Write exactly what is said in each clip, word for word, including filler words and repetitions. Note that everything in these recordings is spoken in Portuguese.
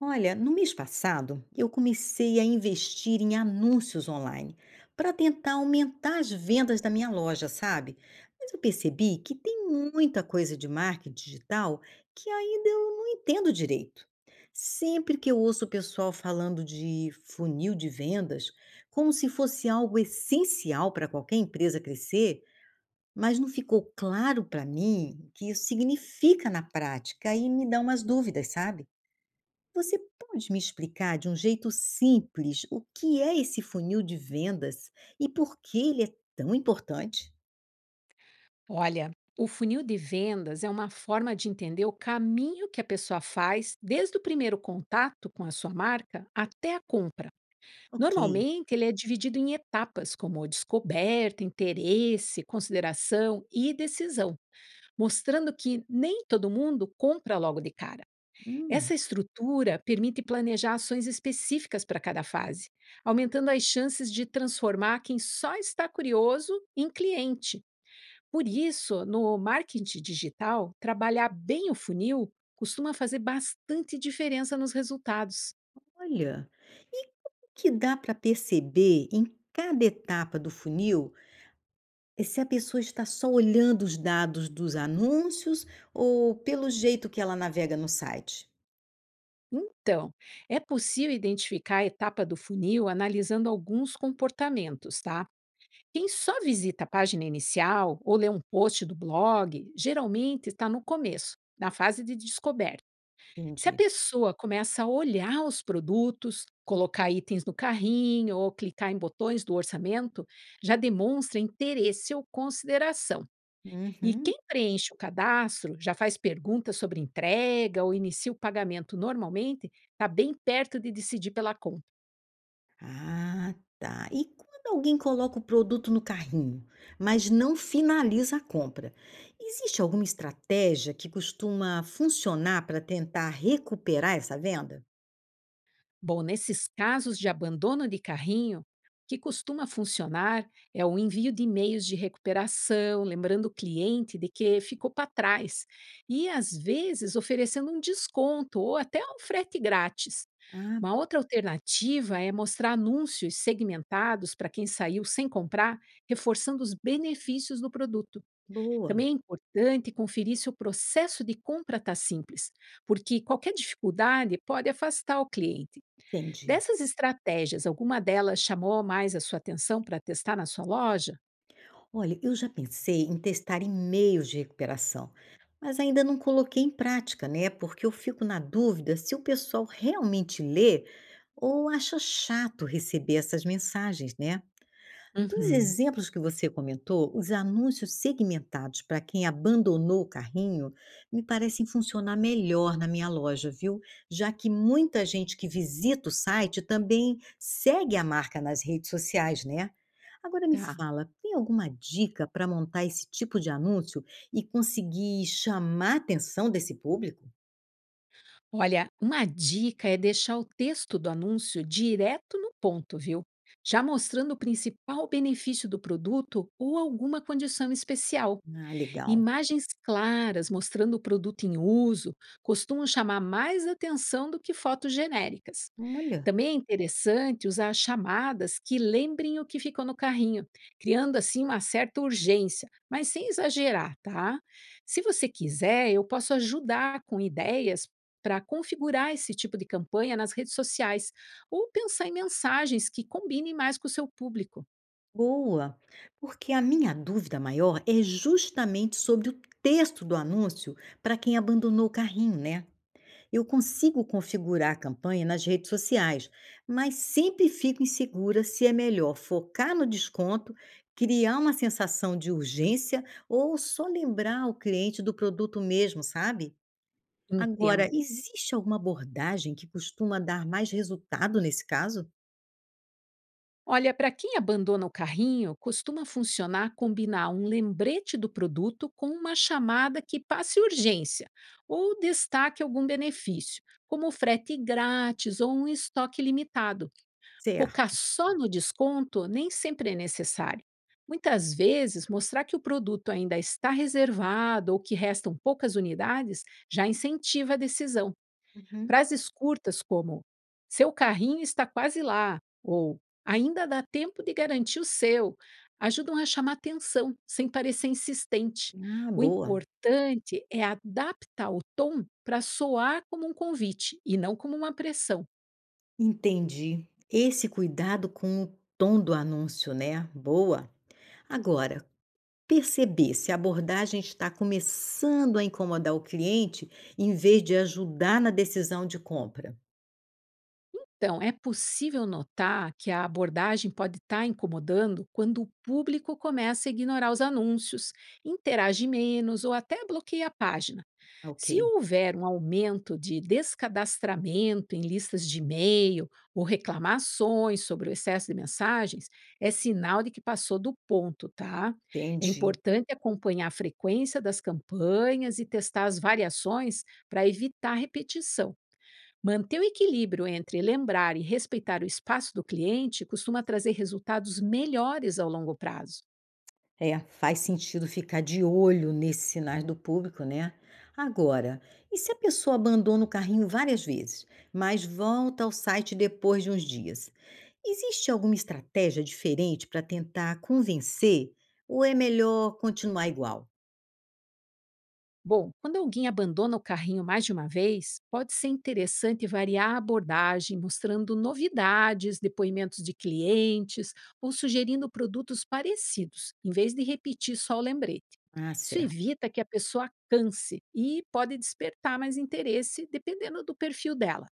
Olha, no mês passado, eu comecei a investir em anúncios online para tentar aumentar as vendas da minha loja, sabe? Mas eu percebi que tem muita coisa de marketing digital que ainda eu não entendo direito. Sempre que eu ouço o pessoal falando de funil de vendas, como se fosse algo essencial para qualquer empresa crescer, mas não ficou claro para mim o que isso significa na prática e me dá umas dúvidas, sabe? Você pode me explicar de um jeito simples o que é esse funil de vendas e por que ele é tão importante? Olha, o funil de vendas é uma forma de entender o caminho que a pessoa faz desde o primeiro contato com a sua marca até a compra. Ok. Normalmente, ele é dividido em etapas como descoberta, interesse, consideração e decisão, mostrando que nem todo mundo compra logo de cara. Hum, Essa estrutura permite planejar ações específicas para cada fase, aumentando as chances de transformar quem só está curioso em cliente. Por isso, no marketing digital, trabalhar bem o funil costuma fazer bastante diferença nos resultados. olha. E como que dá para perceber em cada etapa do funil eh, se a pessoa está só olhando os dados dos anúncios ou pelo jeito que ela navega no site? Então, é possível identificar a etapa do funil analisando alguns comportamentos, tá? Quem só visita a página inicial ou lê um post do blog, geralmente está no começo, na fase de descoberta. Se a Entendi. pessoa começa a olhar os produtos, colocar itens no carrinho ou clicar em botões do orçamento, já demonstra interesse ou consideração. E Uhum. quem preenche o cadastro, já faz perguntas sobre entrega ou inicia o pagamento normalmente, está bem perto de decidir pela compra. Ah, tá. E quando alguém coloca o produto no carrinho, mas não finaliza a compra, existe alguma estratégia que costuma funcionar para tentar recuperar essa venda? Bom, nesses casos de abandono de carrinho, o que costuma funcionar é o envio de e-mails de recuperação, lembrando o cliente de que ficou para trás, e às vezes oferecendo um desconto ou até um frete grátis. Ah, Uma outra alternativa é mostrar anúncios segmentados para quem saiu sem comprar, reforçando os benefícios do produto. boa, Também é importante conferir se o processo de compra está simples, porque qualquer dificuldade pode afastar o cliente. entendi. Dessas estratégias, alguma delas chamou mais a sua atenção para testar na sua loja? Olha, eu já pensei em testar e-mails de recuperação, mas ainda não coloquei em prática, né? Porque eu fico na dúvida se o pessoal realmente lê ou acha chato receber essas mensagens, né? Dos Uhum. exemplos que você comentou, os anúncios segmentados para quem abandonou o carrinho me parecem funcionar melhor na minha loja, viu? Já que muita gente que visita o site também segue a marca nas redes sociais, né? Agora me Tá. fala, tem alguma dica para montar esse tipo de anúncio e conseguir chamar a atenção desse público? Olha, uma dica é deixar o texto do anúncio direto no ponto, viu? Já mostrando o principal benefício do produto ou alguma condição especial. Ah, legal. Imagens claras mostrando o produto em uso costumam chamar mais atenção do que fotos genéricas. Olha. Também é interessante usar chamadas que lembrem o que ficou no carrinho, criando assim uma certa urgência, mas sem exagerar, tá? Se você quiser, eu posso ajudar com ideias para configurar esse tipo de campanha nas redes sociais ou pensar em mensagens que combinem mais com o seu público. Boa, porque a minha dúvida maior é justamente sobre o texto do anúncio para quem abandonou o carrinho, né? Eu consigo configurar a campanha nas redes sociais, mas sempre fico insegura se é melhor focar no desconto, criar uma sensação de urgência ou só lembrar o cliente do produto mesmo, sabe? Agora, Entendo. existe alguma abordagem que costuma dar mais resultado nesse caso? Olha, para quem abandona o carrinho, costuma funcionar combinar um lembrete do produto com uma chamada que passe urgência ou destaque algum benefício, como frete grátis ou um estoque limitado. Focar Certo. só no desconto nem sempre é necessário. Muitas vezes, mostrar que o produto ainda está reservado ou que restam poucas unidades já incentiva a decisão. Uhum. Frases curtas como "Seu carrinho está quase lá" ou "Ainda dá tempo de garantir o seu" ajudam a chamar atenção sem parecer insistente. Ah, O boa. importante é adaptar o tom para soar como um convite e não como uma pressão. Entendi. Esse cuidado com o tom do anúncio, né? Boa. Agora, perceber se a abordagem está começando a incomodar o cliente em vez de ajudar na decisão de compra. Então, é possível notar que a abordagem pode estar incomodando quando o público começa a ignorar os anúncios, interage menos ou até bloqueia a página. Ok, Se houver um aumento de descadastramento em listas de e-mail ou reclamações sobre o excesso de mensagens, é sinal de que passou do ponto, tá? É entendi. importante acompanhar a frequência das campanhas e testar as variações para evitar repetição. Manter o equilíbrio entre lembrar e respeitar o espaço do cliente costuma trazer resultados melhores ao longo prazo. É, faz sentido ficar de olho nesses sinais do público, né? Agora, e se a pessoa abandona o carrinho várias vezes, mas volta ao site depois de uns dias? Existe alguma estratégia diferente para tentar convencer ou é melhor continuar igual? Bom, quando alguém abandona o carrinho mais de uma vez, pode ser interessante variar a abordagem, mostrando novidades, depoimentos de clientes ou sugerindo produtos parecidos, em vez de repetir só o lembrete. Ah, Isso certo. evita que a pessoa canse e pode despertar mais interesse, dependendo do perfil dela.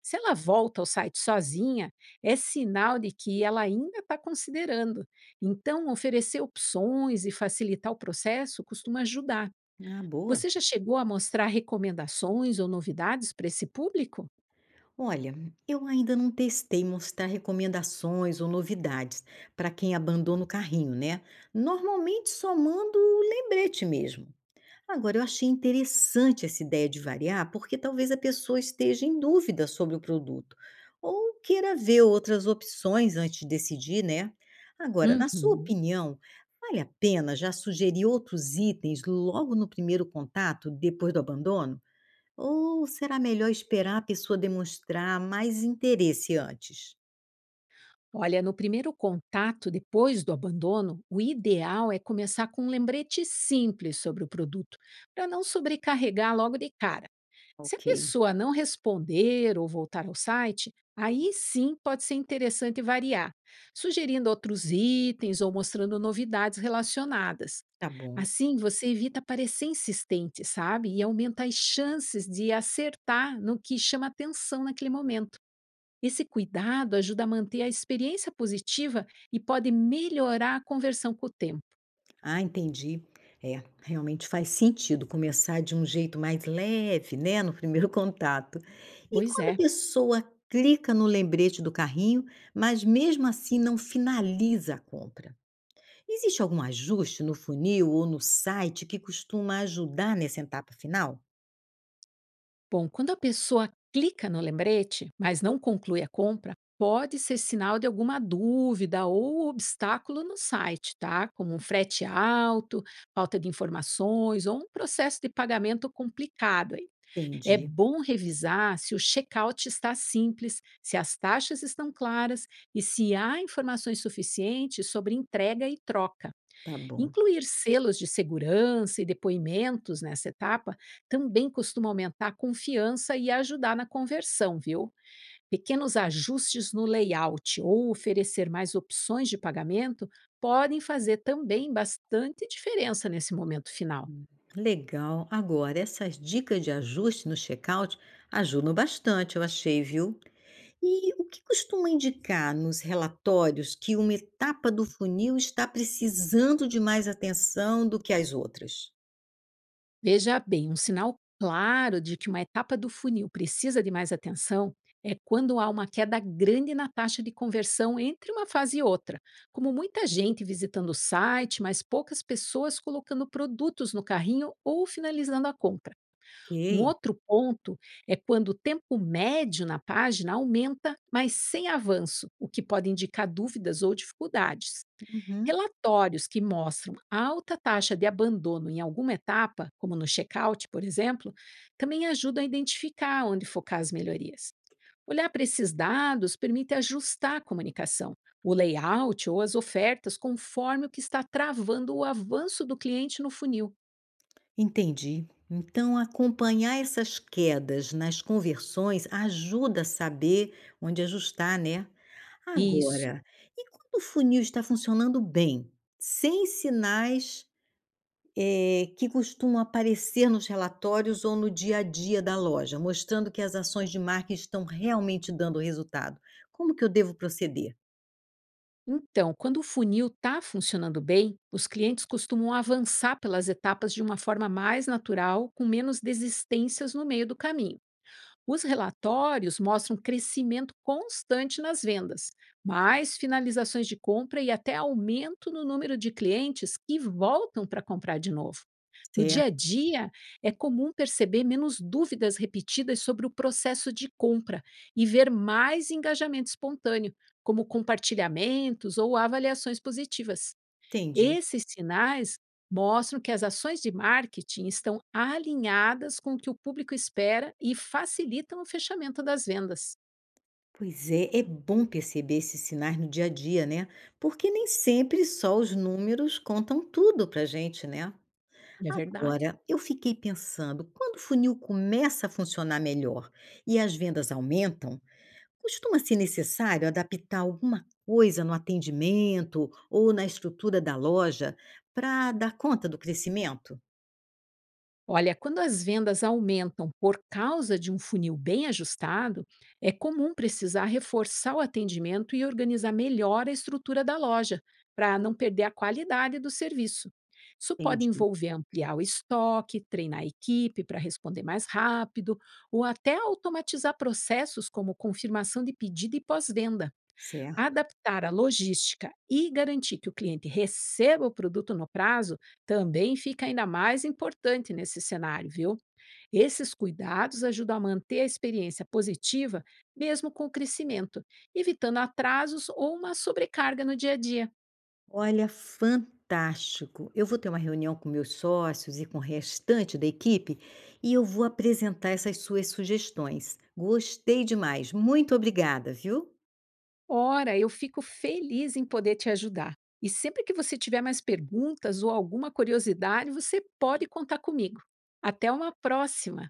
Se ela volta ao site sozinha, é sinal de que ela ainda está considerando. Então, oferecer opções e facilitar o processo costuma ajudar. Ah, boa. Você já chegou a mostrar recomendações ou novidades para esse público? Olha, eu ainda não testei mostrar recomendações ou novidades para quem abandona o carrinho, né? Normalmente só mando o lembrete mesmo. Agora, eu achei interessante essa ideia de variar, porque talvez a pessoa esteja em dúvida sobre o produto ou queira ver outras opções antes de decidir, né? Agora, na sua Uhum. opinião, vale a pena já sugerir outros itens logo no primeiro contato, depois do abandono? Ou será melhor esperar a pessoa demonstrar mais interesse antes? Olha, no primeiro contato depois do abandono, o ideal é começar com um lembrete simples sobre o produto, para não sobrecarregar logo de cara. Se a Ok. pessoa não responder ou voltar ao site, aí sim pode ser interessante variar, sugerindo outros itens ou mostrando novidades relacionadas. Tá bom. Assim, você evita parecer insistente, sabe? E aumenta as chances de acertar no que chama atenção naquele momento. Esse cuidado ajuda a manter a experiência positiva e pode melhorar a conversão com o tempo. Ah, entendi. É, realmente faz sentido começar de um jeito mais leve, né, no primeiro contato. E Pois quando a é. pessoa clica no lembrete do carrinho, mas mesmo assim não finaliza a compra, existe algum ajuste no funil ou no site que costuma ajudar nessa etapa final? Bom, quando a pessoa clica no lembrete, mas não conclui a compra, pode ser sinal de alguma dúvida ou obstáculo no site, tá? Como um frete alto, falta de informações ou um processo de pagamento complicado. Aí. É Entendi, bom revisar se o checkout está simples, se as taxas estão claras e se há informações suficientes sobre entrega e troca. tá bom. Incluir selos de segurança e depoimentos nessa etapa também costuma aumentar a confiança e ajudar na conversão, viu? Pequenos ajustes no layout ou oferecer mais opções de pagamento podem fazer também bastante diferença nesse momento final. Legal. Agora, essas dicas de ajuste no checkout ajudam bastante, eu achei, viu? E o que costuma indicar nos relatórios que uma etapa do funil está precisando de mais atenção do que as outras? Veja bem, um sinal claro de que uma etapa do funil precisa de mais atenção é quando há uma queda grande na taxa de conversão entre uma fase e outra, como muita gente visitando o site, mas poucas pessoas colocando produtos no carrinho ou finalizando a compra. Um Ok. outro ponto é quando o tempo médio na página aumenta, mas sem avanço, o que pode indicar dúvidas ou dificuldades. Uhum. Relatórios que mostram alta taxa de abandono em alguma etapa, como no check-out, por exemplo, também ajudam a identificar onde focar as melhorias. Olhar para esses dados permite ajustar a comunicação, o layout ou as ofertas conforme o que está travando o avanço do cliente no funil. Entendi. Então, acompanhar essas quedas nas conversões ajuda a saber onde ajustar, né? Isso. Agora, e quando o funil está funcionando bem, sem sinais Eh, que costumam aparecer nos relatórios ou no dia a dia da loja, mostrando que as ações de marca estão realmente dando resultado. Como que eu devo proceder? Então, quando o funil está funcionando bem, os clientes costumam avançar pelas etapas de uma forma mais natural, com menos desistências no meio do caminho. Os relatórios mostram crescimento constante nas vendas, mais finalizações de compra e até aumento no número de clientes que voltam para comprar de novo. No dia a Certo, dia, é comum perceber menos dúvidas repetidas sobre o processo de compra e ver mais engajamento espontâneo, como compartilhamentos ou avaliações positivas. entendi. Esses sinais mostram que as ações de marketing estão alinhadas com o que o público espera e facilitam o fechamento das vendas. Pois é, é bom perceber esses sinais no dia a dia, né? Porque nem sempre só os números contam tudo pra gente, né? É verdade. Agora, eu fiquei pensando, quando o funil começa a funcionar melhor e as vendas aumentam, costuma ser necessário adaptar alguma coisa no atendimento ou na estrutura da loja para dar conta do crescimento? Olha, quando as vendas aumentam por causa de um funil bem ajustado, é comum precisar reforçar o atendimento e organizar melhor a estrutura da loja, para não perder a qualidade do serviço. Isso pode Entendi, envolver ampliar o estoque, treinar a equipe para responder mais rápido, ou até automatizar processos como confirmação de pedido e pós-venda. certo. Adaptar a logística e garantir que o cliente receba o produto no prazo também fica ainda mais importante nesse cenário, viu? Esses cuidados ajudam a manter a experiência positiva, mesmo com o crescimento, evitando atrasos ou uma sobrecarga no dia a dia. Olha, fantástico! Eu vou ter uma reunião com meus sócios e com o restante da equipe e eu vou apresentar essas suas sugestões. Gostei demais. Muito obrigada, viu? Ora, eu fico feliz em poder te ajudar. E sempre que você tiver mais perguntas ou alguma curiosidade, você pode contar comigo. Até uma próxima!